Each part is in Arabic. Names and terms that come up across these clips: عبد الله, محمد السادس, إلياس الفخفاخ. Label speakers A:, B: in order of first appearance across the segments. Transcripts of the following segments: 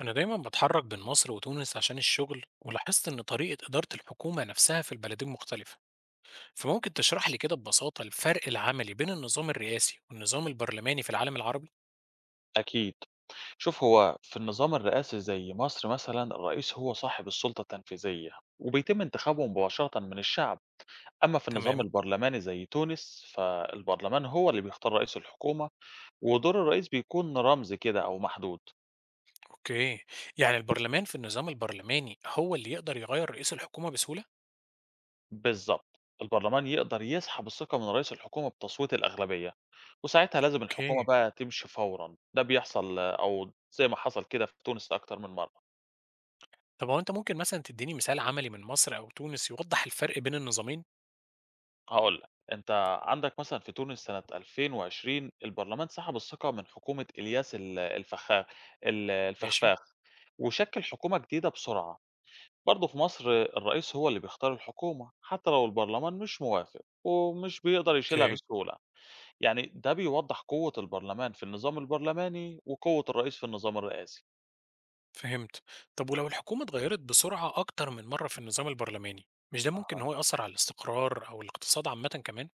A: أنا دايما بتحرك بين مصر وتونس عشان الشغل، ولاحظت إن طريقة إدارة الحكومة نفسها في البلدين مختلفة. فممكن تشرح لي كده ببساطة الفرق العملي بين النظام الرئاسي والنظام البرلماني في العالم العربي؟
B: أكيد. شوف هو في النظام الرئاسي زي مصر مثلًا الرئيس هو صاحب السلطة التنفيذية، وبيتم انتخابه مباشرةً من الشعب، أما في النظام
A: تمام.
B: البرلماني زي تونس فالبرلمان هو اللي بيختار رئيس الحكومة، ودور الرئيس بيكون رمزي كده أو محدود.
A: أوكي. يعني البرلمان في النظام البرلماني هو اللي يقدر يغير رئيس الحكومة بسهولة؟
B: بالضبط، البرلمان يقدر يسحب الثقة من رئيس الحكومة بتصويت الأغلبية، وساعتها لازم الحكومة
A: أوكي.
B: بقى تمشي فورًا، ده بيحصل أو زي ما حصل كده في تونس أكتر من مرة.
A: طب هو أنت ممكن مثلا تديني مثال عملي من مصر أو تونس يوضح الفرق بين النظامين؟
B: هاقول لك، أنت عندك مثلًا في تونس سنة 2020 البرلمان سحب الثقة من حكومة إلياس ال الفخا ال
A: ماشي.
B: الفخفاخ، وشكِّل حكومة جديدة بسرعة. برضه في مصر الرئيس هو اللي بيختار الحكومة، حتى لو البرلمان مش موافق، ومش بيقدر يشيلها
A: أوكي.
B: بسهولة. يعني ده بيوضّح قوة البرلمان في النظام البرلماني، وقوة الرئيس في النظام الرئاسي.
A: فهمت. طب ولو الحكومة اتغيرت بسرعة أكتر من مرة في النظام البرلماني، مش ده ممكن إن
B: أها.
A: هو يأثر على الاستقرار أو الاقتصاد عامة كمان؟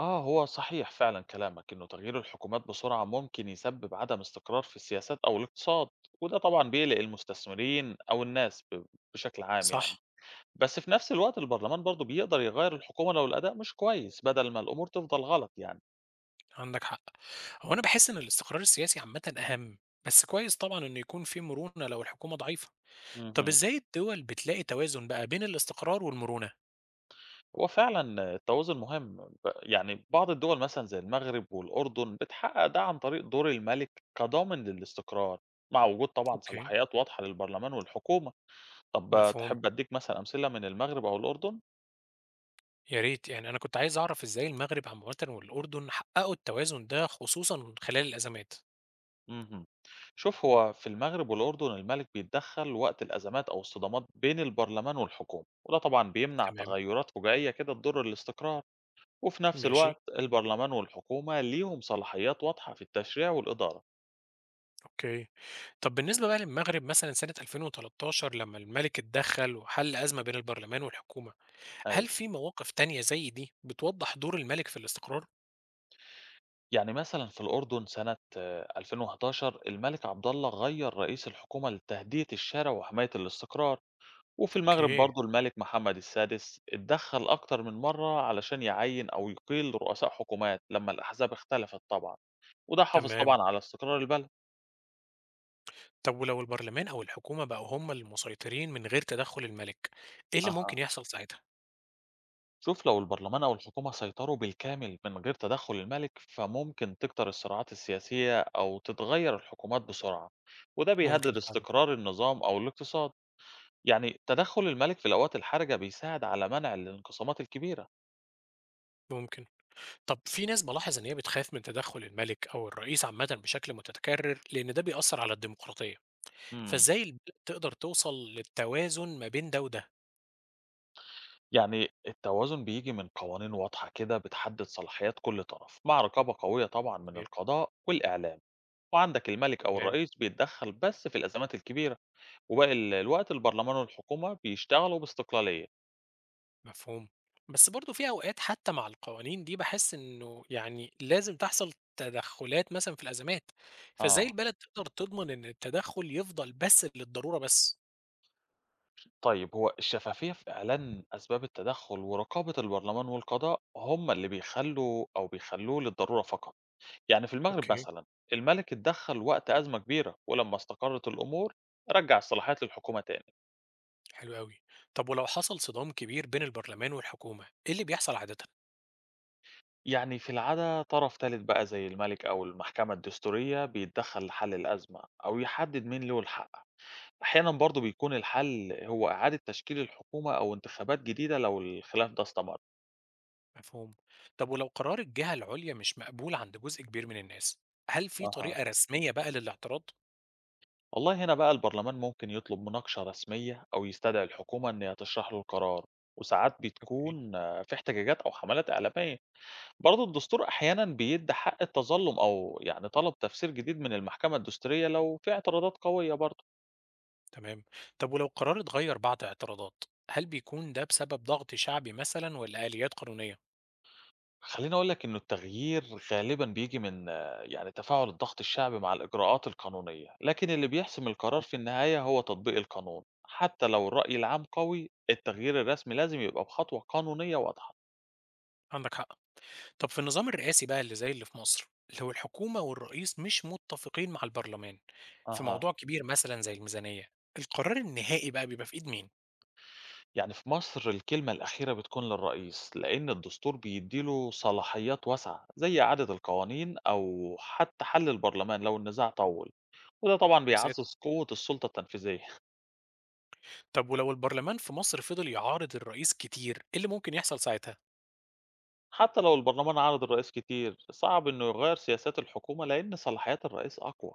B: آه، هو صحيح فعلًا كلامك إنه تغيير الحكومات بسرعة ممكن يسبب عدم استقرار في السياسات أو الاقتصاد، وده طبعًا بيقلق المستثمرين أو الناس بشكل عام يعني،
A: صح.
B: بس في نفس الوقت البرلمان برضه بيقدر يغير الحكومة لو الأداء مش كويس بدل ما الأمور تفضل غلط يعني.
A: عندك حق. هو أنا بحس إن الاستقرار السياسي عامة أهم، بس كويس طبعا إنه يكون في مرونة لو الحكومة ضعيفة. طب
B: اهم.
A: إزاي الدول بتلاقي توازن بقى بين الاستقرار والمرونة؟
B: هو فعلًا التوازن مهم، يعني بعض الدول مثلًا زي المغرب والأردن بتحقق ده عن طريق دور الملك كضامن للاستقرار، مع وجود طبعًا
A: اوكي.
B: صلاحيات واضحة للبرلمان والحكومة. طب
A: مفهوم.
B: تحب أدّيك مثلًا أمثلة من المغرب أو الأردن؟
A: يا ريت، يعني أنا كنت عايز أعرف إزاي المغرب عامة والأردن حققوا التوازن ده خصوصا خلال الأزمات.
B: اهم. شوف، هو في المغرب والأردن الملك بيتدخّل وقت الأزمات أو الصدامات بين البرلمان والحكومة، وده طبعًا بيمنع
A: تمام.
B: تغيُّرات فجائية كده تضُر الاستقرار، وفي نفس
A: ماشي.
B: الوقت البرلمان والحكومة ليهم صلاحيات واضحة في التشريع والإدارة.
A: أوكي. طب بالنسبة بقى للمغرب مثلًا سنة 2013 لمّا الملك اتدخّل وحل أزمة بين البرلمان والحكومة، هل
B: أيوه.
A: في مواقف تانية زي دي بتوضّح دور الملك في الاستقرار؟
B: يعني مثلًا في الأردن سنة 2011 الملك عبد الله غيّر رئيس الحكومة لتهدئة الشارع وحماية الاستقرار. وفي المغرب
A: أوكي،
B: برضه الملك محمد السادس اتدخل أكتر من مرة علشان يعين أو يقيل رؤساء حكومات لما الأحزاب اختلفت طبعا، وده حافظ
A: تمام.
B: طبعا على استقرار البلد.
A: طب ولو البرلمان أو الحكومة بقوا هم المسيطرين من غير تدخُّل الملك، إيه اللي
B: أها.
A: ممكن يحصل ساعتها؟
B: شوف لو البرلمان أو الحكومة سيطروا بالكامل من غير تدخل الملك فممكن تكتر الصراعات السياسية أو تتغير الحكومات بسرعة، وده
A: ممكن
B: بيهدد
A: فعلًا.
B: استقرار النظام أو الاقتصاد. يعني تدخل الملك في الأوقات الحرجة بيساعد على منع الانقسامات الكبيرة.
A: ممكن. طب في ناس بالاحظ إن هي بتخاف من تدخُّل الملك أو الرئيس عامةً بشكل متكرر، لإن ده بيأثّر على الديمقراطية،
B: مم.
A: فإزاي البلد تقدر توصل للتوازن ما بين ده وده؟
B: يعني التوازن بييجي من قوانين واضحة كده بتحدد صلاحيات كل طرف مع رقابة قوية طبعا من
A: أوكي،
B: القضاء والإعلام، وعندك الملك أو
A: تمام.
B: الرئيس بيتدخل بس في الأزمات الكبيرة. وباقي الوقت البرلمان والحكومة بيشتغلوا باستقلالية.
A: مفهوم. بس برضه في أوقات حتى مع القوانين دي باحس إنه يعني لازم تحصل تدخُّلات مثلًا في الأزمات، فإزاي
B: آه،
A: البلد تقدر تضمن إن التدخُّل يفضل بس للضرورة بس؟
B: طيب هو الشفافية في إعلان أسباب التدخل ورقابة البرلمان والقضاء هم اللي بيخلوا أو بيخلوه للضرورة فقط. يعني في المغرب
A: اوكي.
B: مثلا الملك اتدخل وقت أزمة كبيرة ولما استقرت الأمور رجع الصلاحيات للحكومة تاني.
A: حلو أوي. طب ولو حصل صدام كبير بين البرلمان والحكومة، إيه اللي بيحصل عادةً؟
B: يعني في العادة طرف تالت بقى زي الملك أو المحكمة الدستورية بيتدخل لحل الأزمة أو يحدد مين له الحق. أحيانا برضو بيكون الحل هو إعادة تشكيل الحكومة أو انتخابات جديدة لو الخلاف ده استمر.
A: مفهوم. طب ولو قرار الجهة العُليا مش مقبول عند جزء كبير من الناس، هل في
B: أها،
A: طريقة رسمية بقى للاعتراض؟
B: والله هنا بقى البرلمان ممكن يطلب مناقشة رسمية أو يستدعي الحكومة إن هي تشرح له القرار، وساعات
A: اوكي.
B: بتكون في احتجاجات أو حملات إعلامية. برضو الدستور أحيانا بيدي حق التظلم أو يعني طلب تفسير جديد من المحكمة الدستورية لو في اعتراضات قوية برضو.
A: تمام. طب ولو قرار اتغيّر بعد اعتراضات، هل بيكون ده بسبب ضغط شعبي مثلًا والّا آليات قانونية؟
B: خلّيني أقول لك إنه التغيير غالبًا بييجي من يعني تفاعل الضغط الشعبي مع الإجراءات القانونية، لكن اللي بيحسم القرار
A: مفهوم،
B: في النهاية هو تطبيق القانون، حتى لو الرأي العام قوي التغيير الرسمي لازم يبقى بخطوة قانونية واضحة.
A: عندك حق. طب في النظام الرئاسي بقى اللي زي اللي في مصر، لو الحكومة والرئيس مش متفقين مع البرلمان في
B: أها.
A: موضوع كبير مثلا زي الميزانية، القرار النهائي بقى بيبقى في إيد مين؟
B: يعني في مصر الكلمة الأخيرة بتكون للرئيس، لإن الدستور بيدّي له صلاحيات واسعة، زي إعادة القوانين أو حتى حل البرلمان لو النزاع طوّل، وده طبعًا
A: يا ساتر.
B: بيعزّز قوة السلطة التنفيذية.
A: طب ولو البرلمان في مصر فضل يعارض الرئيس كتير، إيه اللي ممكن يحصل ساعتها؟
B: حتى لو البرلمان عارض الرئيس كتير صعب إنه يغير سياسات الحكومة لأن صلاحيات الرئيس أقوى،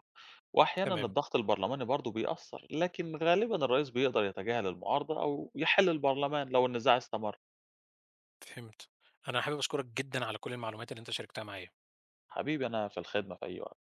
B: وأحيانا
A: تمام،
B: الضغط البرلماني برضه بيأثر لكن غالبا الرئيس بيقدر يتجاهل المعارضة أو يحل البرلمان لو النزاع استمر.
A: فهمت. أنا حابب أشكرك جدًا على كل المعلومات اللي أنت شاركتها معايا.
B: حبيبي أنا في الخدمة في أي وقت.